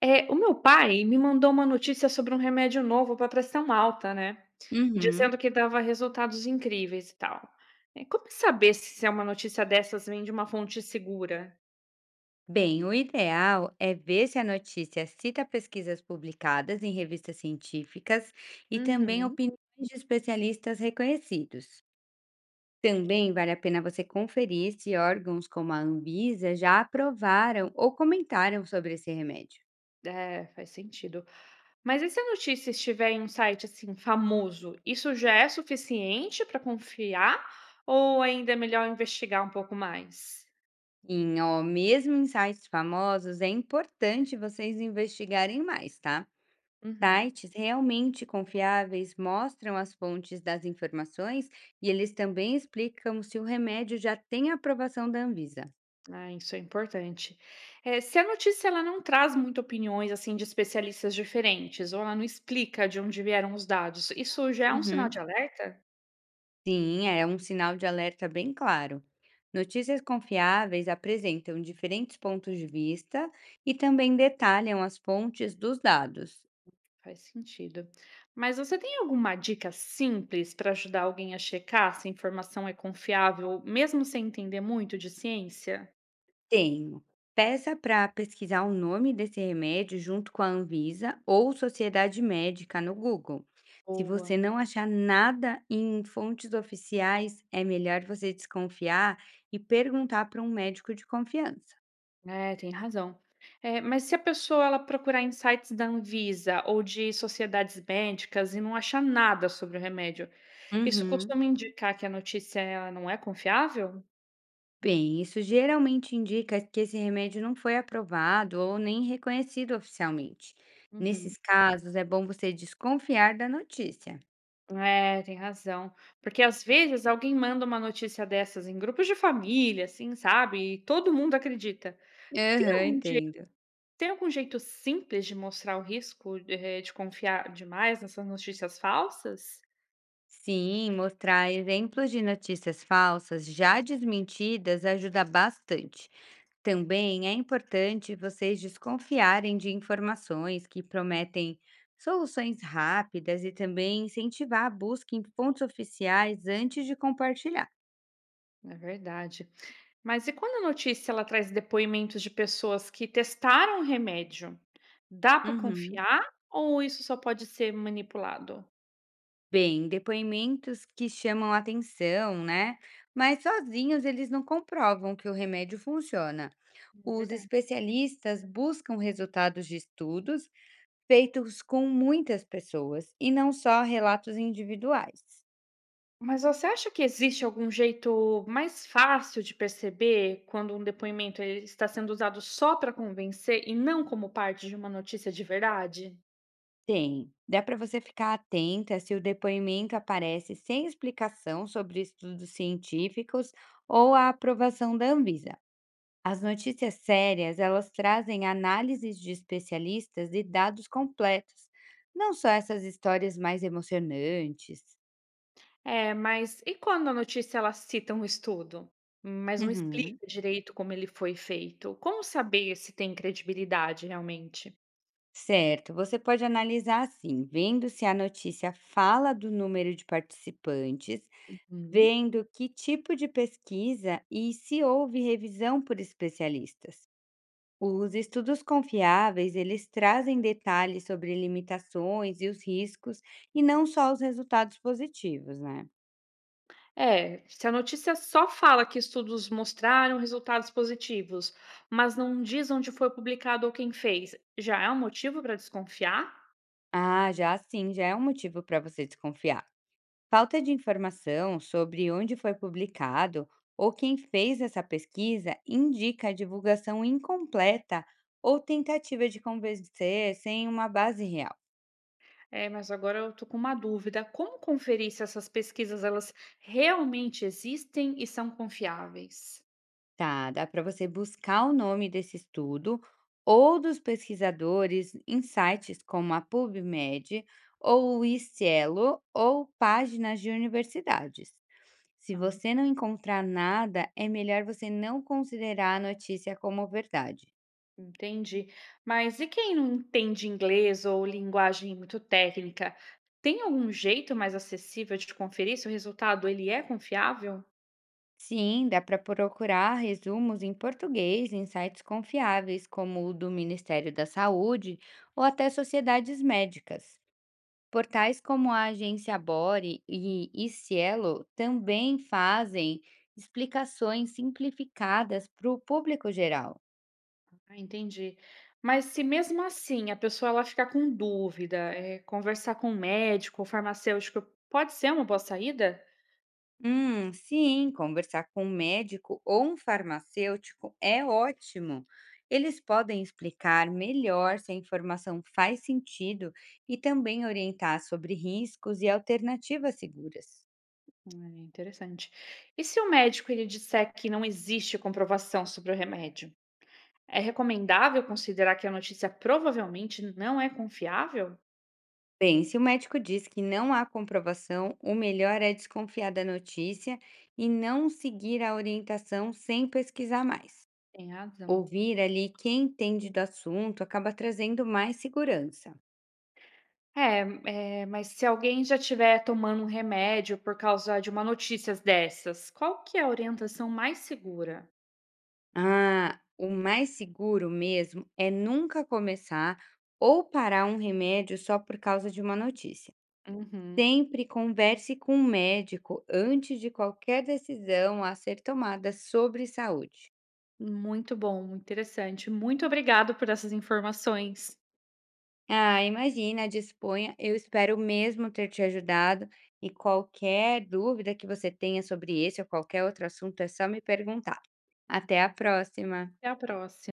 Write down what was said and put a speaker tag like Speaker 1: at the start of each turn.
Speaker 1: É, o meu pai me mandou uma notícia sobre um remédio novo para pressão alta, né?
Speaker 2: Uhum.
Speaker 1: Dizendo que dava resultados incríveis e tal. É, como é saber se é uma notícia dessas vem de uma fonte segura?
Speaker 2: Bem, o ideal é ver se a notícia cita pesquisas publicadas em revistas científicas e também
Speaker 1: Uhum.
Speaker 2: opiniões de especialistas reconhecidos. Também vale a pena você conferir se órgãos como a Anvisa já aprovaram ou comentaram sobre esse remédio.
Speaker 1: É, faz sentido. Mas e se a notícia estiver em um site assim famoso, isso já é suficiente para confiar ou ainda é melhor investigar um pouco mais?
Speaker 2: E, ó, mesmo em sites famosos, é importante vocês investigarem mais, tá?
Speaker 1: Uhum.
Speaker 2: Sites realmente confiáveis mostram as fontes das informações e eles também explicam se o remédio já tem aprovação da Anvisa.
Speaker 1: Ah, isso é importante. Se a notícia ela não traz muito opiniões assim de especialistas diferentes, ou ela não explica de onde vieram os dados, isso já é um sinal
Speaker 2: Uhum.
Speaker 1: de alerta?
Speaker 2: Sim, é um sinal de alerta bem claro. Notícias confiáveis apresentam diferentes pontos de vista e também detalham as fontes dos dados.
Speaker 1: Faz sentido. Mas você tem alguma dica simples para ajudar alguém a checar se a informação é confiável, mesmo sem entender muito de ciência?
Speaker 2: Tenho. Peça para pesquisar o nome desse remédio junto com a Anvisa ou Sociedade Médica no Google. Se você
Speaker 1: Boa.
Speaker 2: não achar nada em fontes oficiais, é melhor você desconfiar e perguntar para um médico de confiança.
Speaker 1: É, tem razão. É, mas se a pessoa ela procurar em sites da Anvisa ou de sociedades médicas e não achar nada sobre o remédio, isso
Speaker 2: Uhum.
Speaker 1: costuma indicar que a notícia ela não é confiável?
Speaker 2: Bem, isso geralmente indica que esse remédio não foi aprovado ou nem reconhecido oficialmente. Nesses
Speaker 1: Uhum.
Speaker 2: casos, é bom você desconfiar da notícia.
Speaker 1: É, tem razão. Porque às vezes alguém manda uma notícia dessas em grupos de família, assim, sabe? E todo mundo acredita. Tem
Speaker 2: Aham,
Speaker 1: algum jeito,
Speaker 2: entendo.
Speaker 1: tem algum jeito simples de mostrar o risco de, de confiar demais nessas notícias falsas?
Speaker 2: Sim, mostrar exemplos de notícias falsas já desmentidas ajuda bastante. Também é importante vocês desconfiarem de informações que prometem soluções rápidas e também incentivar a busca em fontes oficiais antes de compartilhar.
Speaker 1: É verdade. Mas e quando a notícia ela traz depoimentos de pessoas que testaram o remédio? Dá para
Speaker 2: Uhum.
Speaker 1: confiar ou isso só pode ser manipulado?
Speaker 2: Bem, depoimentos que chamam a atenção, né? Mas sozinhos eles não comprovam que o remédio funciona.
Speaker 1: É
Speaker 2: Os
Speaker 1: verdade.
Speaker 2: especialistas buscam resultados de estudos feitos com muitas pessoas e não só relatos individuais.
Speaker 1: Mas você acha que existe algum jeito mais fácil de perceber quando um depoimento ele está sendo usado só para convencer e não como parte de uma notícia de verdade?
Speaker 2: Tem. Dá para você ficar atenta se o depoimento aparece sem explicação sobre estudos científicos ou a aprovação da Anvisa. As notícias sérias, elas trazem análises de especialistas e dados completos, não só essas histórias mais emocionantes.
Speaker 1: É, mas e quando a notícia ela cita um estudo, mas não
Speaker 2: Uhum.
Speaker 1: explica direito como ele foi feito? Como saber se tem credibilidade realmente?
Speaker 2: Certo, você pode analisar assim, vendo se a notícia fala do número de participantes,
Speaker 1: Uhum.
Speaker 2: vendo que tipo de pesquisa e se houve revisão por especialistas. Os estudos confiáveis, eles trazem detalhes sobre limitações e os riscos e não só os resultados positivos, né?
Speaker 1: É, se a notícia só fala que estudos mostraram resultados positivos, mas não diz onde foi publicado ou quem fez, já é um motivo para desconfiar?
Speaker 2: Ah, já sim, já é um motivo para você desconfiar. Falta de informação sobre onde foi publicado ou quem fez essa pesquisa indica a divulgação incompleta ou tentativa de convencer sem uma base real.
Speaker 1: É, mas agora eu tô com uma dúvida. Como conferir se essas pesquisas elas realmente existem e são confiáveis?
Speaker 2: Tá, dá para você buscar o nome desse estudo ou dos pesquisadores em sites como a PubMed ou o Icielo ou páginas de universidades. Se
Speaker 1: Ah,
Speaker 2: você não encontrar nada, é melhor você não considerar a notícia como verdade.
Speaker 1: entendi. Mas e quem não entende inglês ou linguagem muito técnica? Tem algum jeito mais acessível de conferir se o resultado ele é confiável?
Speaker 2: Sim, dá para procurar resumos em português em sites confiáveis, como o do Ministério da Saúde ou até sociedades médicas. Portais como a agência Bore e Cielo também fazem explicações simplificadas para o público geral.
Speaker 1: Ah, entendi. Mas se mesmo assim a pessoa ela ficar com dúvida, é, conversar com um médico ou farmacêutico pode ser uma boa saída?
Speaker 2: Sim, conversar com um médico ou um farmacêutico é ótimo. Eles podem explicar melhor se a informação faz sentido e também orientar sobre riscos e alternativas seguras.
Speaker 1: É interessante. E se o médico ele disser que não existe comprovação sobre o remédio? É recomendável considerar que a notícia provavelmente não é confiável?
Speaker 2: Bem, se o médico diz que não há comprovação, o melhor é desconfiar da notícia e não seguir a orientação sem pesquisar mais.
Speaker 1: Tem razão.
Speaker 2: Ouvir ali quem entende do assunto acaba trazendo mais segurança.
Speaker 1: Mas se alguém já estiver tomando um remédio por causa de uma notícia dessas, qual que é a orientação mais segura?
Speaker 2: Ah, o mais seguro mesmo é nunca começar ou parar um remédio só por causa de uma notícia.
Speaker 1: Uhum.
Speaker 2: Sempre converse com o médico antes de qualquer decisão a ser tomada sobre saúde.
Speaker 1: Muito bom, interessante. Muito obrigado por essas informações.
Speaker 2: Ah, imagina, disponha. Eu espero mesmo ter te ajudado. E qualquer dúvida que você tenha sobre esse ou qualquer outro assunto, é só me perguntar. Até a próxima!
Speaker 1: Até a próxima.